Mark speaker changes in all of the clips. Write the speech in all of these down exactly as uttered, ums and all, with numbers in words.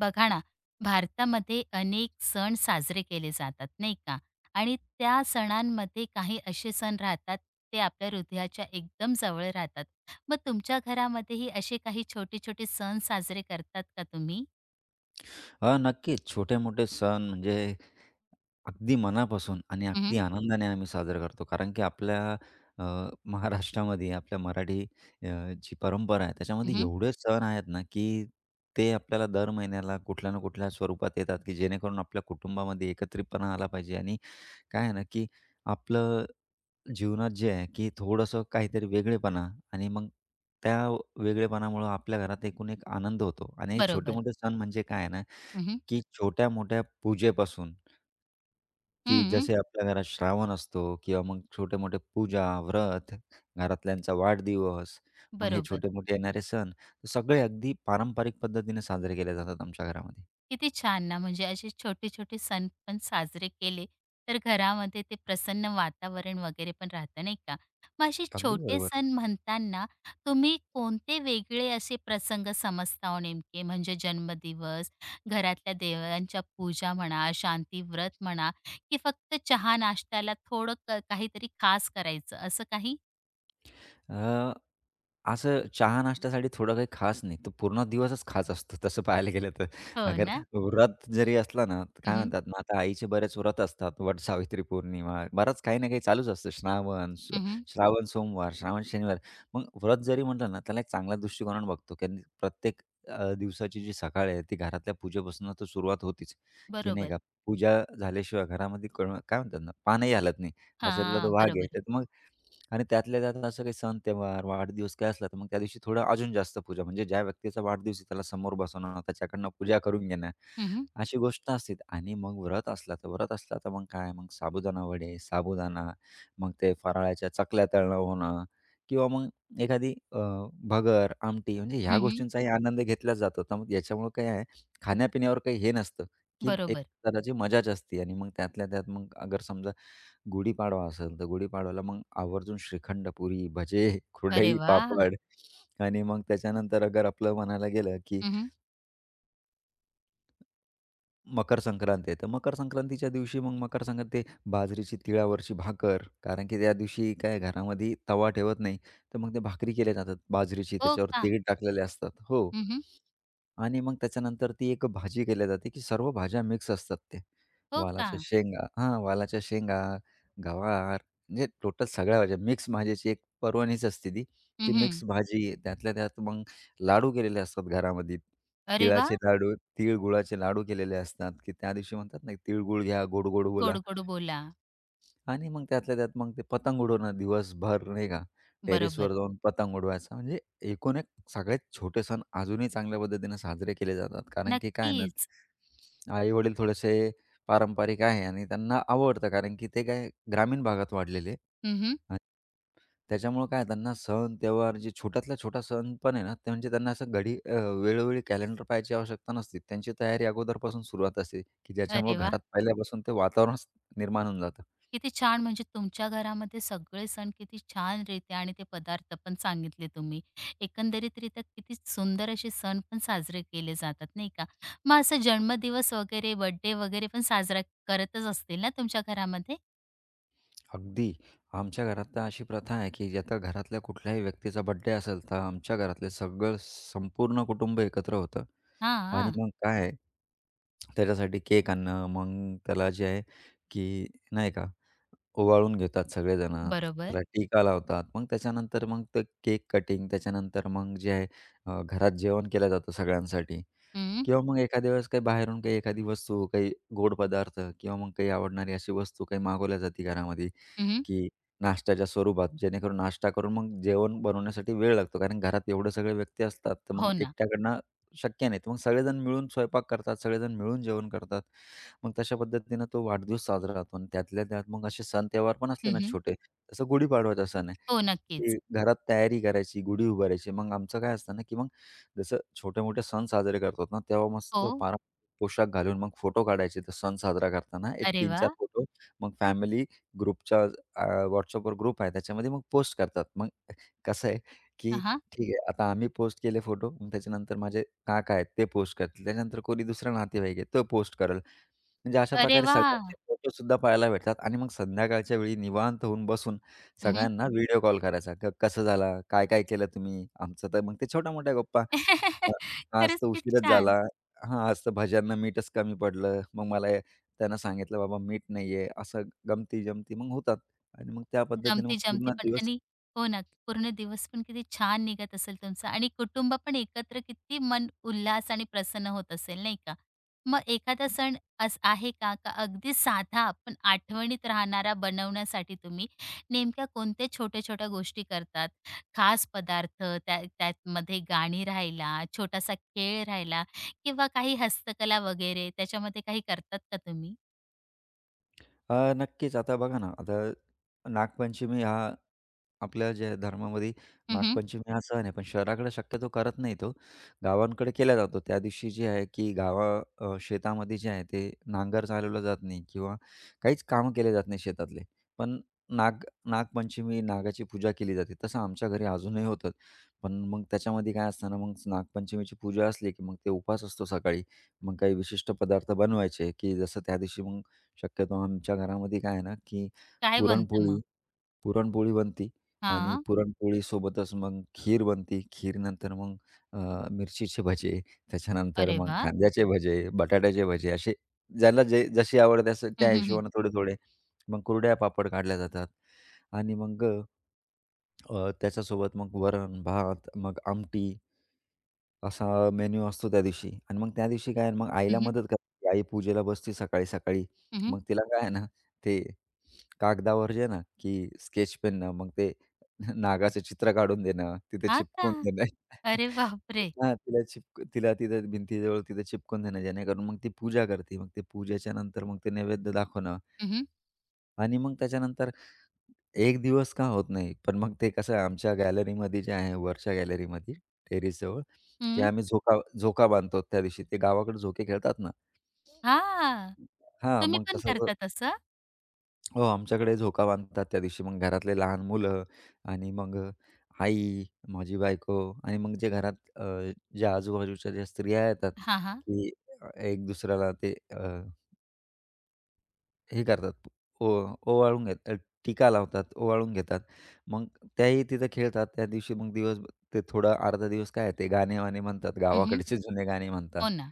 Speaker 1: बघा ना, भारतामध्ये अनेक सण साजरे केले जातात, नाही का? आणि त्या सणांमध्ये काही असे सण राहतात, ते आपल्या हृदयाच्या एकदम जवळ राहतात. मग तुमच्या घरामध्येही असे काही छोटे-छोटे सण साजरे करतात का तुम्ही?
Speaker 2: हां, नक्कीच. छोटे-मोठे सण म्हणजे अगदी मनापासून आणि
Speaker 1: हं,
Speaker 2: अगदी
Speaker 1: हं.
Speaker 2: आनंदाने आम्ही साजरा करतो. कारण की आपल्या अ, महाराष्ट्रामध्ये आपल्या मराठी अ, जी परंपरा आहे, त्याच्यामध्ये एवढे सण आहेत ना, की ते आपल्याला दर महिन्याला कुठल्या ना कुठल्या स्वरूपात येतात, की जेणेकरून आपल्या कुटुंबामध्ये एकत्रितपणा आला पाहिजे आणि काय आहे ना, की आपलं जीवनात जे आहे, की थोडंसं काहीतरी वेगळेपणा आणि मग त्या वेगळेपणामुळं आपल्या घरात एकूण एक आनंद होतो आणि हे
Speaker 1: बरोबर.
Speaker 2: छोटे-मोठे सण म्हणजे काय आहे ना,
Speaker 1: हं, हं.
Speaker 2: की छोट्या-मोठ्या पूजेपासून, की जसे आपल्या घरात श्रावण असतो किंवा मग छोटे-मोठे पूजा, व्रत, घरातल्यांचा वाढदिवस, मग हे
Speaker 1: बरोबर.
Speaker 2: छोटे-मोठे येणारे सण, सगळे अगदी पारंपरिक पद्धतीने साजरे केले जातात आमच्या घरामध्ये.
Speaker 1: किती छान ना, म्हणजे असे छोटे-छोटे सण पण साजरे केले, तर घरामध्ये ते प्रसन्न वातावरण वगैरे पण राहतं, नाही का? मग असे
Speaker 2: अगदी
Speaker 1: छोटे
Speaker 2: बरोबर.
Speaker 1: सण म्हणताना तुम्ही कोणते वेगळे असे प्रसंग समजता हो नेमके? म्हणजे जन्मदिवस, घरातल्या देवांच्या पूजा म्हणा, शांतीव्रत म्हणा की फक्त चहा नाश्त्याला थोडं क काहीतरी खास करायचं, असं काही?
Speaker 2: अ, असं चहा नाश्त्यासाठी थोडं काही खास नाही. तो पूर्ण दिवसच खास असतो तसं पाहायला गेलं तर.
Speaker 1: हो
Speaker 2: अगर
Speaker 1: ना.
Speaker 2: व्रत जरी असला ना, तर
Speaker 1: हं,
Speaker 2: काय
Speaker 1: हं.
Speaker 2: म्हणतात ना, आता आईचे बरेच व्रत असतात. वट सावित्री पौर्णिमा, बराच काही ना काही चालूच असतं. श्रावण, स श्रावण सोमवार, श्रावण शनिवार. मग व्रत जरी म्हटलं ना, त्याला एक चांगला दृष्टिकोनाने बघतो, कारण प्रत्येक अ, दिवसाची जी सकाळ आहे, ती घरातल्या पूजेपासून तर सुरुवात होतीच, की नाही
Speaker 1: बरोबर.
Speaker 2: का? पूजा झाल्याशिवाय घरामध्ये क काय म्हणतात ना, पानही हलत नाही. अशातला तो
Speaker 1: हां,
Speaker 2: भाग आहे.
Speaker 1: बरोबर.
Speaker 2: तर मग आणि त्यातल्या त्यात असं काही सण, त्योहार, वाढदिवस काय असला, तर मग त्या दिवशी थोडं अजून जास्त पूजा. म्हणजे ज्या व्यक्तीचा वाढदिवस आहे, त्याला समोर बसवणं, त्याच्याकडनं पूजा करून घेणं,
Speaker 1: हं, हं.
Speaker 2: अशी गोष्ट असते. आणि मग व्रत असला, तर व्रत असला, तर मग काय, मग साबुदाणा वडे, साबुदाणा, मग ते फराळाच्या चकल्या तळणं होणं किंवा मग एखादी अ, भगर, आमटी, म्हणजे ह्या गोष्टींचाही आनंद घेतला जातो. तर मग याच्यामुळं काय आहे, खाण्यापिण्यावर काही हे नसतं, की एक
Speaker 1: बरोबर.
Speaker 2: प्रकारची मजाच असते. आणि मग त्यातल्या त्यात मग अगर समजा गुढीपाडवा असेल तर गुढीपाडव्याला मग आवर्जून श्रीखंड, पुरी, भजे,
Speaker 1: अरे
Speaker 2: कुरडई,
Speaker 1: वाह!
Speaker 2: पापड आणि मग त्याच्यानंतर अगर आपलं म्हणायला गेलं, की
Speaker 1: हं,
Speaker 2: मकर संक्रांत आहे, तर मकर संक्रांतीच्या दिवशी मग मकर संक्रांत ते बाजरीची तिळावरची भाकर, कारण की त्या दिवशी काय घरामध्ये तवा ठेवत नाही, तर मग ते भाकरी केल्या जातात बाजरीची,
Speaker 1: हो
Speaker 2: त्याच्यावर
Speaker 1: का?
Speaker 2: तीळ टाकलेले असतात. हो.
Speaker 1: हं,
Speaker 2: आणि मग त्याच्यानंतर ती एक भाजी केली जाते, की सर्व भाज्या मिक्स असतात ते.
Speaker 1: हो का?
Speaker 2: वालाच्या शेंगा हां, वालाच्या शेंगा, गवार म्हणजे टोटल सगळ्या भाज्या मिक्स भाज्याची एक पर्वणीच असते ती. ती
Speaker 1: हं,
Speaker 2: मिक्स भाजी त्यातल्या त्यात मग लाडू केलेले असतात घरामध्ये.
Speaker 1: अरे वाह!
Speaker 2: तिळाचे लाडू, तीळ गुळाचे लाडू केलेले असतात, की त्या दिवशी म्हणतात ना, "तीळ गुळ घ्या, गोड गोड बोला."
Speaker 1: गोड-गोड बोला.
Speaker 2: आणि मग त्यातल्या त्यात मग ते पतंग उडवणं दिवसभर नाही का,
Speaker 1: बरोबर.
Speaker 2: टेरेसवर जाऊन पतंग उडवायचा. म्हणजे एकूण एक सगळ्यात छोटे सण अजूनही चांगल्या पद्धतीने साजरे केले जातात. कारण की काय आहे ना,
Speaker 1: नक्कीच.
Speaker 2: आई-वडील थोडेसे पारंपरिक आहे आणि त्यांना आवडतं. कारण की ते काय ग्रामीण भागात वाढलेले.
Speaker 1: हं, हं.
Speaker 2: आणि काय त्यांना सण, त्योहार जे छोट्यातला छोटा सण पण आहे ना, ते म्हणजे त्यांना असं घडी अ, वेळोवेळी कॅलेंडर पाहायची आवश्यकता नसते. त्यांची तयारी अगोदरपासून सुरुवात असते, की ज्याच्यामुळं
Speaker 1: अरे वाह!
Speaker 2: घरात पहिल्यापासून ते वातावरणच निर्माण होऊन जातं.
Speaker 1: किती छान म्हणजे तुमच्या घरामध्ये सगळे सण किती छान रीत्या आणि ते पदार्थ पण सांगितले तुम्ही. एकंदरीत एकंदरीतरीत्या किती सुंदर असे सण पण साजरे केले जातात, नाही का? मग असं जन्मदिवस वगैरे, बर्थडे वगैरे पण साजरा करतच असतील ना तुमच्या घरामध्ये?
Speaker 2: अगदी. आमच्या घरात तर अशी प्रथा आहे, की आता घरातल्या कुठल्याही व्यक्तीचा बर्थडे असेल, तर आमच्या घरातले सगळं संपूर्ण कुटुंब एकत्र होतं आणि
Speaker 1: हां.
Speaker 2: मग काय आहे, त्याच्यासाठी केक आणणं, मग त्याला जे आहे, की नाही का ओवाळून घेतात सगळेजण,
Speaker 1: बरोबर.
Speaker 2: त्याला टीका लावतात. मग त्याच्यानंतर मग ते केक कटिंग, त्याच्यानंतर मग जे आहे अ, घरात जेवण केलं जातं सगळ्यांसाठी
Speaker 1: हं.
Speaker 2: किंवा मग एखाद्या वेळेस काही बाहेरून काही एखादी वस्तू, काही गोड पदार्थ किंवा मग काही आवडणारी अशी वस्तू काही मागवल्या जाते घरामध्ये.
Speaker 1: हं,
Speaker 2: की नाश्त्याच्या स्वरूपात, जेणेकरून नाश्ता करून मग जेवण बनवण्यासाठी वेळ लागतो. कारण घरात एवढे सगळे व्यक्ती असतात, तर मग
Speaker 1: हो ना.
Speaker 2: एकट्याकडनं शक्य नाही. तर मग सगळेजण मिळून स्वयंपाक करतात, सगळेजण मिळून जेवण करतात. मग तशा पद्धतीनं तो वाढदिवस साजरा होतो आणि त्यातल्या त्यात मग असे सण त्योहार पण असले ना
Speaker 1: हं,
Speaker 2: छोटे, जसं गुढीपाडवाचा सण आहे,
Speaker 1: हो,
Speaker 2: की
Speaker 1: नक्कीच.
Speaker 2: घरात तयारी करायची, गुढी उभारायची. मग आमचं काय असतं ना, की मग जसं छोटे-मोठे सण साजरे करतो ना, तेव्हा मस्त
Speaker 1: हो.
Speaker 2: पारंपरिक पोशाख घालून मग फोटो काढायचे. तर सण साजरा करताना एक
Speaker 1: अरे
Speaker 2: तीन चार
Speaker 1: वाह!
Speaker 2: फोटो मग फॅमिली ग्रुपच्या अ, WhatsAppवर ग्रुप आहे त्याच्यामध्ये मग पोस्ट करतात. मग कसं आहे, की ठीक आहे आता आम्ही पोस्ट केले फोटो. मग त्याच्यानंतर माझे काका आहेत ते पोस्ट करतील. त्याच्यानंतर कोणी दुसरा नातेवाईक आहे तो पोस्ट करेल. म्हणजे अशा
Speaker 1: अरे
Speaker 2: प्रकारे
Speaker 1: वाह!
Speaker 2: सगळ्यांचे फोटोसुद्धा पाहायला भेटतात आणि मग संध्याकाळच्या वेळी निवांत होऊन बसून
Speaker 1: हं,
Speaker 2: सगळ्यांना व्हिडिओ कॉल करायचा. क कसं झाला? काय, काय केलं तुम्ही? आमचं तर मग ते छोट्या-मोठ्या गप्पा.
Speaker 1: हं.
Speaker 2: अ, आज
Speaker 1: खरंच
Speaker 2: तर
Speaker 1: किती
Speaker 2: उशीरच झाला.
Speaker 1: छान.
Speaker 2: हां, आज तर भज्यांना मीठच कमी पडलं. मग मला हे- त्यांना सांगितलं, "बाबा मीठ नाहीये." असं गमती-जमती मग होतात आणि मग त्या पद्धतीने मग
Speaker 1: गमती-जमती
Speaker 2: पूर्ण
Speaker 1: पण
Speaker 2: दिवस
Speaker 1: आणि हो ना, पूर्ण दिवस पण किती छान निघत असेल तुमचा आणि कुटुंब पण एकत्र किती मन उल्हास आणि प्रसन्न होत असेल, नाही का? मग एखादा सण अस आहे का, का अगदी साधा पण आठवणीत राहणारा बनवण्यासाठी तुम्ही नेमक्या कोणत्या छोट्या-छोट्या गोष्टी करतात? खास पदार्थ, त्या त्यामध्ये गाणी राहिला, छोटासा खेळ राहिला किंवा काही हस्तकला वगैरे त्याच्यामध्ये काही करतात का तुम्ही?
Speaker 2: अ, नक्कीच. आता बघा ना, आता नागपंचमी हा आपल्या ज्या धर्मामध्ये
Speaker 1: हं,
Speaker 2: नागपंचमी हा सण आहे, पण शहराकडे शक्यतो करत नाही तो. गावांकडे केला जातो. त्या दिवशी जे आहे की गावा अ, शेतामध्ये जे आहे ते नांगर चालवला जात नाही किंवा काहीच कामं केले जात नाही शेतातले. पण नाग नागपंचमी, नागाची पूजा केली जाते. तसं आमच्या घरी अजूनही होतं. पण मग त्याच्यामध्ये काय असतं ना, मग नागपंचमीची पूजा असली की मग ते उपास असतो सकाळी. मग काही विशिष्ट पदार्थ बनवायचे की जसं त्या दिवशी मग शक्यतो आमच्या घरामध्ये काय आहे ना, की
Speaker 1: काय बनतं मग?
Speaker 2: पुरणपोळी पुरणपोळी बनती आणि
Speaker 1: हां.
Speaker 2: पुरणपोळीसोबतच मग खीर बनती. खीरनंतर मग अ, मिरचीचे भजे, त्याच्यानंतर
Speaker 1: अरे
Speaker 2: मग
Speaker 1: वा..
Speaker 2: कांद्याचे भजे, बटाट्याचे भजे असे ज्याला जे जशी आवड असे
Speaker 1: हं,
Speaker 2: त्या
Speaker 1: हं, हं.
Speaker 2: हिशोबाने थोडे-थोडे. मग कुरड्या पापड काढल्या जातात आणि मग अ, त्याच्यासोबत मग वरण, भात, मग आमटी. असा मेन्यू असतो त्या दिवशी आणि मग त्या दिवशी काय आहे मग
Speaker 1: हं,
Speaker 2: आईला
Speaker 1: हं.
Speaker 2: मदत करायची. आई पूजेला बसते सकाळी-सकाळी. मग तिला काय आहे ना, ते कागदावर जे आहे ना, की स्केच पेननं मग ते नागाचं चित्र काढून देणं, तिथे
Speaker 1: का?
Speaker 2: चिपकून देणं.
Speaker 1: अरे बापरे!
Speaker 2: हां, तिला चिपक तिला तिथे भिंतीजवळ तिथे चिपकून देणं, जेणेकरून मग ती पूजा करते. मग ते पूजेच्या नंतर मग ते नैवेद्य दाखवणं
Speaker 1: हं, हं.
Speaker 2: आणि मग त्याच्यानंतर एक दिवस का होत नाही. पण मग ते कसं आहे आमच्या गॅलरीमध्ये जे आहे वरच्या गॅलरीमध्ये टेरेसजवळ, की
Speaker 1: हं.
Speaker 2: आम्ही झोका झोका बांधतो त्या दिवशी. ते गावाकडे झोके खेळतात ना. हां,
Speaker 1: तुम्ही
Speaker 2: मग
Speaker 1: पण
Speaker 2: तसं ज
Speaker 1: करता तसं?
Speaker 2: हो, आमच्याकडे झोका बांधतात त्या दिवशी. मग घरातले लहान मुलं आणि मग आई, माझी बायको आणि मग जे घरात अ, जे आजूबाजूच्या ज्या स्त्रिया येतात,
Speaker 1: हां, हां.
Speaker 2: की अ, एक दुसऱ्याला ते हे करतात, ओ ओवाळून घेतात, टीका लावतात, ओवाळून घेतात. मग त्याही तिथं खेळतात. त्या दिवशी मग दिवस ते थोडा अर्धा दिवस काय आहे ते गाणे-वाणे म्हणतात,
Speaker 1: हं,
Speaker 2: गावाकडचे जुने गाणे म्हणतात.
Speaker 1: हो ना.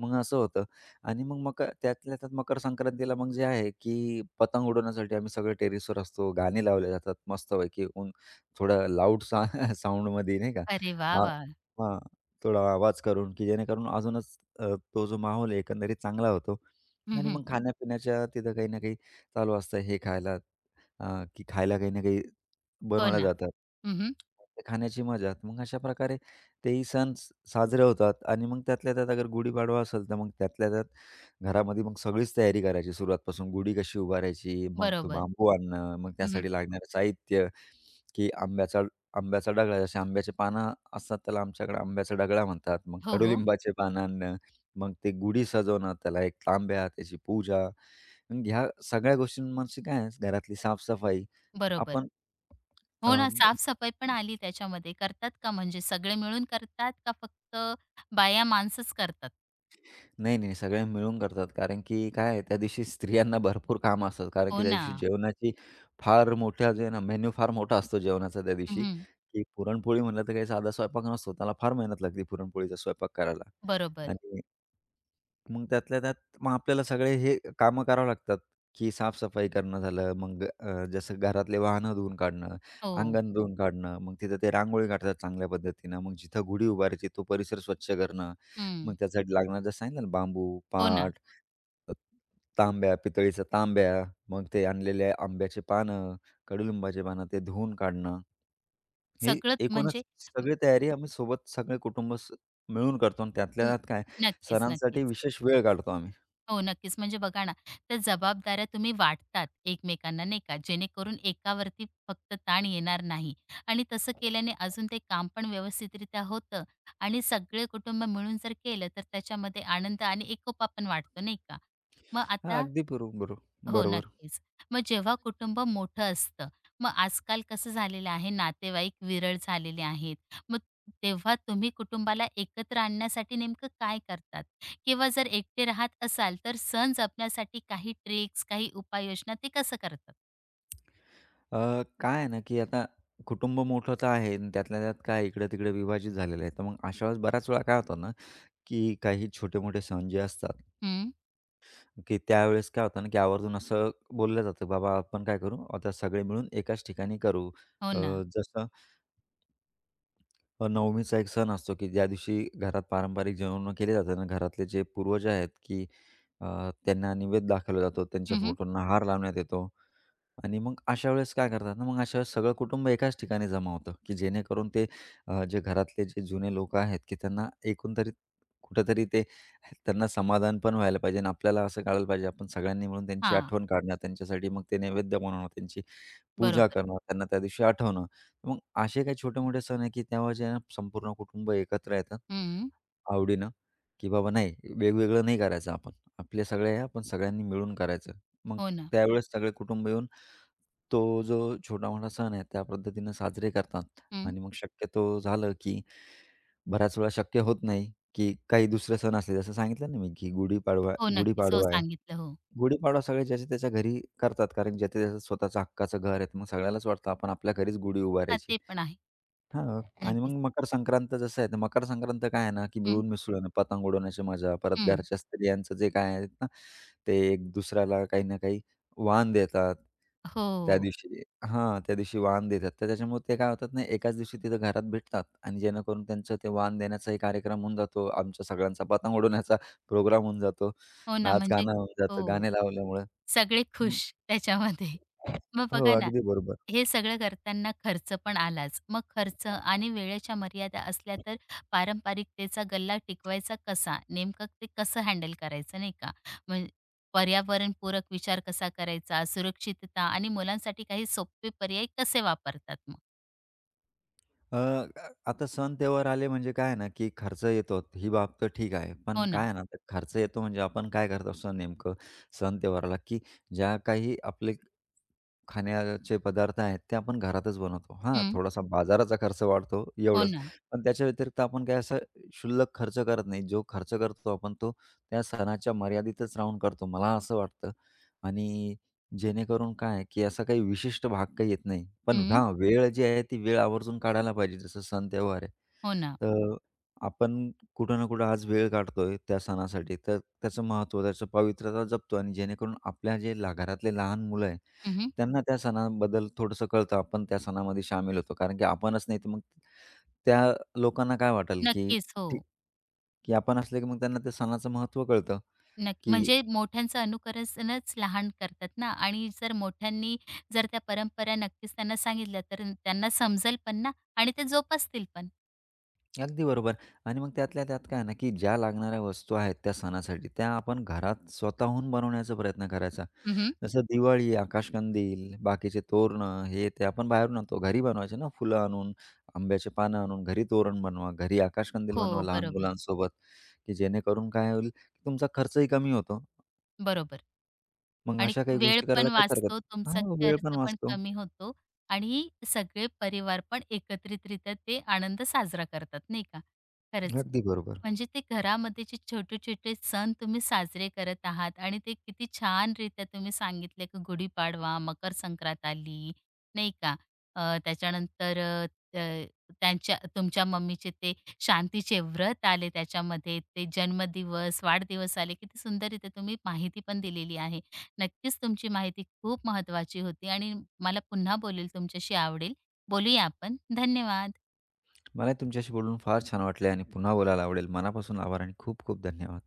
Speaker 2: मग असं होतं आणि मग मकर त्यातल्या त्यात मकर संक्रांतीला मग जे आहे, की पतंग उडवण्यासाठी आम्ही सगळे टेरेसवर असतो. गाणे लावले जातात मस्तपैकी ऊन थोडं लाऊड सा साउंडमध्ये नाही का?
Speaker 1: अरे वाह,
Speaker 2: आ
Speaker 1: वाह!
Speaker 2: हां, थोडा आवाज करून, की जेणेकरून अजूनच अ, तो जो माहोल आहे एकंदरीत चांगला होतो. आणि
Speaker 1: हं,
Speaker 2: मग खाण्यापिण्याच्या तिथं काही ना काही चालू असतं. हे खायला अ, की खायला काही ना काही
Speaker 1: हो
Speaker 2: बनवल्या
Speaker 1: ना.
Speaker 2: जातात.
Speaker 1: हं,
Speaker 2: ते खाण्याची मजा. मग अशा प्रकारे तेही सण स साजरे होतात आणि मग त्यातल्या त्यात अगर गुढीपाडवा असेल, तर मग त्यातल्या त्यात घरामध्ये मग सगळीच तयारी करायची सुरुवातपासून. गुढी कशी उभारायची, मग तो
Speaker 1: बरोबर.
Speaker 2: बांबू आणणं, मग
Speaker 1: हं,
Speaker 2: त्यासाठी लागणारं साहित्य, की आंब्याचा आंब्याचा डगळा, जसे आंब्याची पानं असतात, त्याला आमच्याकडे आंब्याचा डगळा म्हणतात. मग
Speaker 1: हो, हो.
Speaker 2: कडुलिंबाचे पानं आणणं, मग ते गुढी सजवणं, त्याला एक तांब्या, त्याची पूजा. मग ह्या सगळ्या गोष्टींमागची काय आहे, घरातली साफसफाई
Speaker 1: बरोबर.
Speaker 2: आपण
Speaker 1: हो ना, साफ-सफाई पण आली त्याच्यामध्ये. करतात का म्हणजे सगळे मिळून करतात का फक्त बाया माणसंच करतात?
Speaker 2: नाही, नाही. सगळे मिळून करतात. कारण की काय आहे त्या दिवशी स्त्रियांना भरपूर कामं असतात. कारण की
Speaker 1: हो
Speaker 2: त्या
Speaker 1: ना.
Speaker 2: दिवशी जेवणाची फार मोठा जे आहे ना मेन्यू फार मोठा असतो जेवणाचा त्या दिवशी,
Speaker 1: हं,
Speaker 2: की पुरणपोळी म्हटलं तर काही साधा स्वयंपाक नसतो. त्याला फार मेहनत लागते पुरणपोळीचा स्वयंपाक करायला
Speaker 1: बरोबर.
Speaker 2: आणि मग त्यातल्या त्यात मग आपल्याला सगळे हे कामं करावं लागतात, की साफ करणं झालं, मग अ, जसं घरातले वाहनं धुवून काढणं,
Speaker 1: हो.
Speaker 2: अंगण धुवून काढणं, मग तिथं ते रांगोळी काढतात चांगल्या पद्धतीनं, मग जिथं गुढी उभारायची तो परिसर स्वच्छ करणं, मग
Speaker 1: हं.
Speaker 2: त्यासाठी लागणार जसं सांगितलं ना बांबू,
Speaker 1: हो ना.
Speaker 2: पाट, अ, तांब्या, पितळीचा तांब्या, मग ते आणलेले आंब्याचे पानं, कडुलिंबाचे पानं ते धुवून काढणं. हे
Speaker 1: सगळंच
Speaker 2: एकूणच
Speaker 1: म्हणजे
Speaker 2: सगळी तयारी आम्ही सोबत सगळे कुटुंब स मिळून करतो आणि त्यातल्या
Speaker 1: न
Speaker 2: त्यात काय
Speaker 1: नक्कीच,
Speaker 2: सणांसाठी
Speaker 1: नक्कीच.
Speaker 2: विशेष वेळ काढतो आम्ही.
Speaker 1: हो, नक्कीच. म्हणजे बघा ना, त्या जबाबदाऱ्या तुम्ही वाटतात एकमेकांना, नाही का? जेणेकरून एकावरती फक्त ताण येणार नाही आणि तसं केल्याने अजून ते काम पण व्यवस्थितरित्या होतं आणि सगळे कुटुंब मिळून जर केलं, तर त्याच्यामध्ये आनंद आणि एकोपा पण वाटतो, नाही का? मग
Speaker 2: हां,
Speaker 1: आता
Speaker 2: अगदी बरो बरो
Speaker 1: हो,
Speaker 2: बरोबर.
Speaker 1: नक्कीच. मग जेव्हा कुटुंब मोठं असतं, मग आजकाल कसं झालेलं आहे, नातेवाईक विरळ झालेले आहेत. मग तेव्हा तुम्ही कुटुंबाला एकत्र आणण्यासाठी नेमकं काय करतात? किंवा जर एकटे राहत असाल, तर सण जपण्यासाठी काही ट्रिक्स, काही उपाययोजना ते कसं करतात?
Speaker 2: अ, काय आहे ना, की आता कुटुंब मोठं तर आहे आणि त्यातल्या त्यात काय इकडे-तिकडे विभाजित झालेलं आहे. तर मग अशा वेळेस बऱ्याच वेळा काय होतं ना, की काही छोटे-मोठे सण जे असतात,
Speaker 1: हं,
Speaker 2: की त्यावेळेस काय होतं ना, की आवर्जून असं बोललं जातं, "बाबा आपण काय करू, आता सगळे मिळून एकाच ठिकाणी करू."
Speaker 1: हो
Speaker 2: अ,
Speaker 1: ना.
Speaker 2: जसं अ, नवमीचा एक सण असतो, की ज्या दिवशी घरात पारंपरिक जेवण केले जातात आणि घरातले जे पूर्वज आहेत, की अ, त्यांना नैवेद्य दाखवला जातो, त्यांच्या
Speaker 1: हं, हं.
Speaker 2: फोटोंना हार लावण्यात येतो. आणि मग अशा वेळेस काय करतात ना, मग अशा वेळेस सगळं कुटुंब एकाच ठिकाणी जमा होतं, की जेणेकरून ते अ, जे घरातले जे जुने लोकं आहेत, की त्यांना एकूण तरी कुठेतरी ते त्यांना समाधान पण व्हायला पाहिजे आणि आपल्याला असं कळायला पाहिजे, आपण सगळ्यांनी मिळून त्यांची आठवण काढणं, त्यांच्यासाठी मग ते नैवेद्य बनवणं, त्यांची पूजा
Speaker 1: बरोबर.
Speaker 2: करणं, त्यांना त्या दिवशी आठवणं. मग असे काही छोटे-मोठे सण आहे, की तेव्हा जे आहे ना संपूर्ण कुटुंब एकत्र येतात
Speaker 1: हं,
Speaker 2: आवडीनं, की बाबा नाही वेगवेगळं नाही करायचं आपण. आपले सगळे आहे, आपण सगळ्यांनी मिळून करायचं. मग
Speaker 1: हो ना.
Speaker 2: त्यावेळेस सगळे कुटुंब येऊन तो जो छोटा-मोठा सण आहे, त्या पद्धतीनं साजरे करतात
Speaker 1: हं,
Speaker 2: आणि मग शक्यतो झालं, की बऱ्याच वेळा शक्य होत नाही, की काही दुसरे सण असले, जसं सांगितलं ना मी, की गुढीपाडवा
Speaker 1: हो, नक्कीच. हो,
Speaker 2: गुढीपाडवा आहे.
Speaker 1: सांगितलं. हो.
Speaker 2: गुढीपाडवा सगळे ज्याच्या त्याच्या घरी करतात, कारण ज्याच्या त्याचं स्वतःचं हक्काचं घर आहे, तर मग सगळ्यालाच वाटतं आपण आपल्या घरीच गुढी
Speaker 1: हां,
Speaker 2: उभारायची.
Speaker 1: ते पण आहे.
Speaker 2: हां. आणि मग
Speaker 1: नक्कीच.
Speaker 2: मकर संक्रांत जसं आहे, ना, मकर संक्रांत काय आहे ना, की
Speaker 1: हं,
Speaker 2: मिळून मिसळून पतंग उडवण्याची मजा, परत
Speaker 1: हं.
Speaker 2: घरच्या स्त्रियांचं जे काय आहेत ना, ते एक दुसऱ्याला काही ना काही वाण देतात. त्या
Speaker 1: हो,
Speaker 2: दिवशी हां, त्या दिवशी वाण देतात. तर त्याच्यामुळे ते काय होतात ना, एकाच दिवशी तिथं घरात भेटतात आणि जेणेकरून त्यांचं ते वाण देण्याचाही कार्यक्रम होऊन जातो. आमच्या सगळ्यांचा पतंग उडवण्याचा प्रोग्राम होऊन जातो.
Speaker 1: हो ना.
Speaker 2: नाच
Speaker 1: म्हणजे
Speaker 2: गाणं होऊन जातं,
Speaker 1: हो.
Speaker 2: गाणे लावल्यामुळं.
Speaker 1: सगळे खुश त्याच्यामध्ये. मग
Speaker 2: हो,
Speaker 1: बघा ना,
Speaker 2: अगदी बरोबर.
Speaker 1: हे सगळं करताना खर्च पण आलाच. मग खर्च आणि वेळेच्या मर्यादा असल्या तर पारंपरिकतेचा गल्ला टिकवायचा कसा? नेमकं ते कसं हँडल करायचं नाही का? म्हणजे पर्यावरणपूरक विचार कसा करायचा? सुरक्षितता आणि मुलांसाठी काही सोपे पर्याय कसे वापरतात मग?
Speaker 2: अ, आता सण-त्योहार आले म्हणजे काय आहे ना, की खर्च येतो. ही बाब तर ठीक आहे. पण
Speaker 1: हो
Speaker 2: काय
Speaker 1: ना.
Speaker 2: आहे ना, ते खर्च येतो म्हणजे आपण काय करत असतो नेमकं सण-त्योहाराला, की ज्या काही आपले खाण्याचे पदार्थ आहेत ते आपण घरातच बनवतो. हां,
Speaker 1: हं.
Speaker 2: थोडासा बाजाराचा खर्च वाढतो
Speaker 1: हो
Speaker 2: एवढंच.
Speaker 1: ना.
Speaker 2: पण त्याच्या व्यतिरिक्त आपण काही असा क्षुल्लक खर्च करत नाही. जो खर्च करतो आपण तो त्या सणाच्या मर्यादितच राहून करतो, मला असं वाटतं. आणि जेणेकरून काय आहे, की असा काही विशिष्ट भाग काही येत नाही. पण
Speaker 1: हं.
Speaker 2: हां, वेळ जी आहे ती वेळ आवर्जून काढायला पाहिजे. जसं सण-त्योहार आहे.
Speaker 1: हो ना.
Speaker 2: तर आपण कुठं ना कुठं आज वेळ काढतोय त्या सणासाठी, तर त्याचं महत्त्व, त्याचं पावित्र्यता जपतो आणि जेणेकरून आपल्या जे ला घरातले लहान मुलं आहे,
Speaker 1: हं,
Speaker 2: त्यांना त्या सणाबद्दल थोडंसं कळतं. आपण त्या सणामध्ये सामील होतो. कारण की आपणच नाही तर मग त्या लोकांना काय वाटेल, की
Speaker 1: नक्कीच. हो.
Speaker 2: ते की आपण असले की मग त्यांना त्या सणाचं महत्त्व कळतं,
Speaker 1: नक्की.
Speaker 2: की
Speaker 1: म्हणजे मोठ्यांचं अनुकरणच लहान करतात ना आणि जर मोठ्यांनी जर त्या परंपरा नक्कीच त्यांना सांगितल्या तर त्यांना समजेल पण ना आणि ते जोपासतील पण.
Speaker 2: अगदी बरोबर आणि मग त्यातल्या त्यात काय आहे ना, की ज्या लागणाऱ्या वस्तू आहेत त्या सणासाठी, त्या आपण घरात स्वतःहून बनवण्याचा प्रयत्न करायचा.
Speaker 1: हं,
Speaker 2: जसं दिवाळी, आकाशकंदील, बाकीचे तोरणं, हे ते आपण बाहेरून आणतो. घरी बनवायचे ना, फुलं आणून, आंब्याचे पानं आणून घरी तोरण बनवा, घरी आकाशकंदील
Speaker 1: हो,
Speaker 2: बनवा लहान
Speaker 1: बरोबर.
Speaker 2: मुलांसोबत, की जेणेकरून काय होईल, की तुमचा खर्चही कमी होतो.
Speaker 1: बरोबर.
Speaker 2: मग
Speaker 1: आणि
Speaker 2: अशा काही
Speaker 1: वेळ
Speaker 2: गोष्टी
Speaker 1: पण
Speaker 2: करायला काहीच हरकत
Speaker 1: वाचतो,
Speaker 2: नाही.
Speaker 1: तुमचा
Speaker 2: हां, वेळ पण
Speaker 1: खर्च पण
Speaker 2: वाचतो.
Speaker 1: कमी होतो आणि सगळे परिवार पण एकत्रितरित्या ते आनंद साजरा करतात, नाही का? खरंच.
Speaker 2: अगदी बरोबर.
Speaker 1: म्हणजे ते घरामध्ये जे छोटे-छोटे सण तुम्ही साजरे करत आहात आणि ते किती छान छानरीत्या तुम्ही सांगितले, की गुढीपाडवा, मकर संक्रांत आली, नाही का? अ, त्याच्यानंतर अ, अ, त्यांच्या तुमच्या मम्मीचे ते शांतीचे व्रत आले त्याच्यामध्ये, ते जन्मदिवस, वाढदिवस आले, किती सुंदररीत्या तुम्ही माहिती पण दिलेली आहे. नक्कीच तुमची माहिती खूप महत्वाची होती आणि मला पुन्हा बोलेल तुमच्याशी आवडेल. बोलूया आपण. धन्यवाद.
Speaker 2: मलाही तुमच्याशी बोलून फार छान वाटले आणि पुन्हा बोलायला आवडेल. मनापासून आभार आणि खूप खूप धन्यवाद.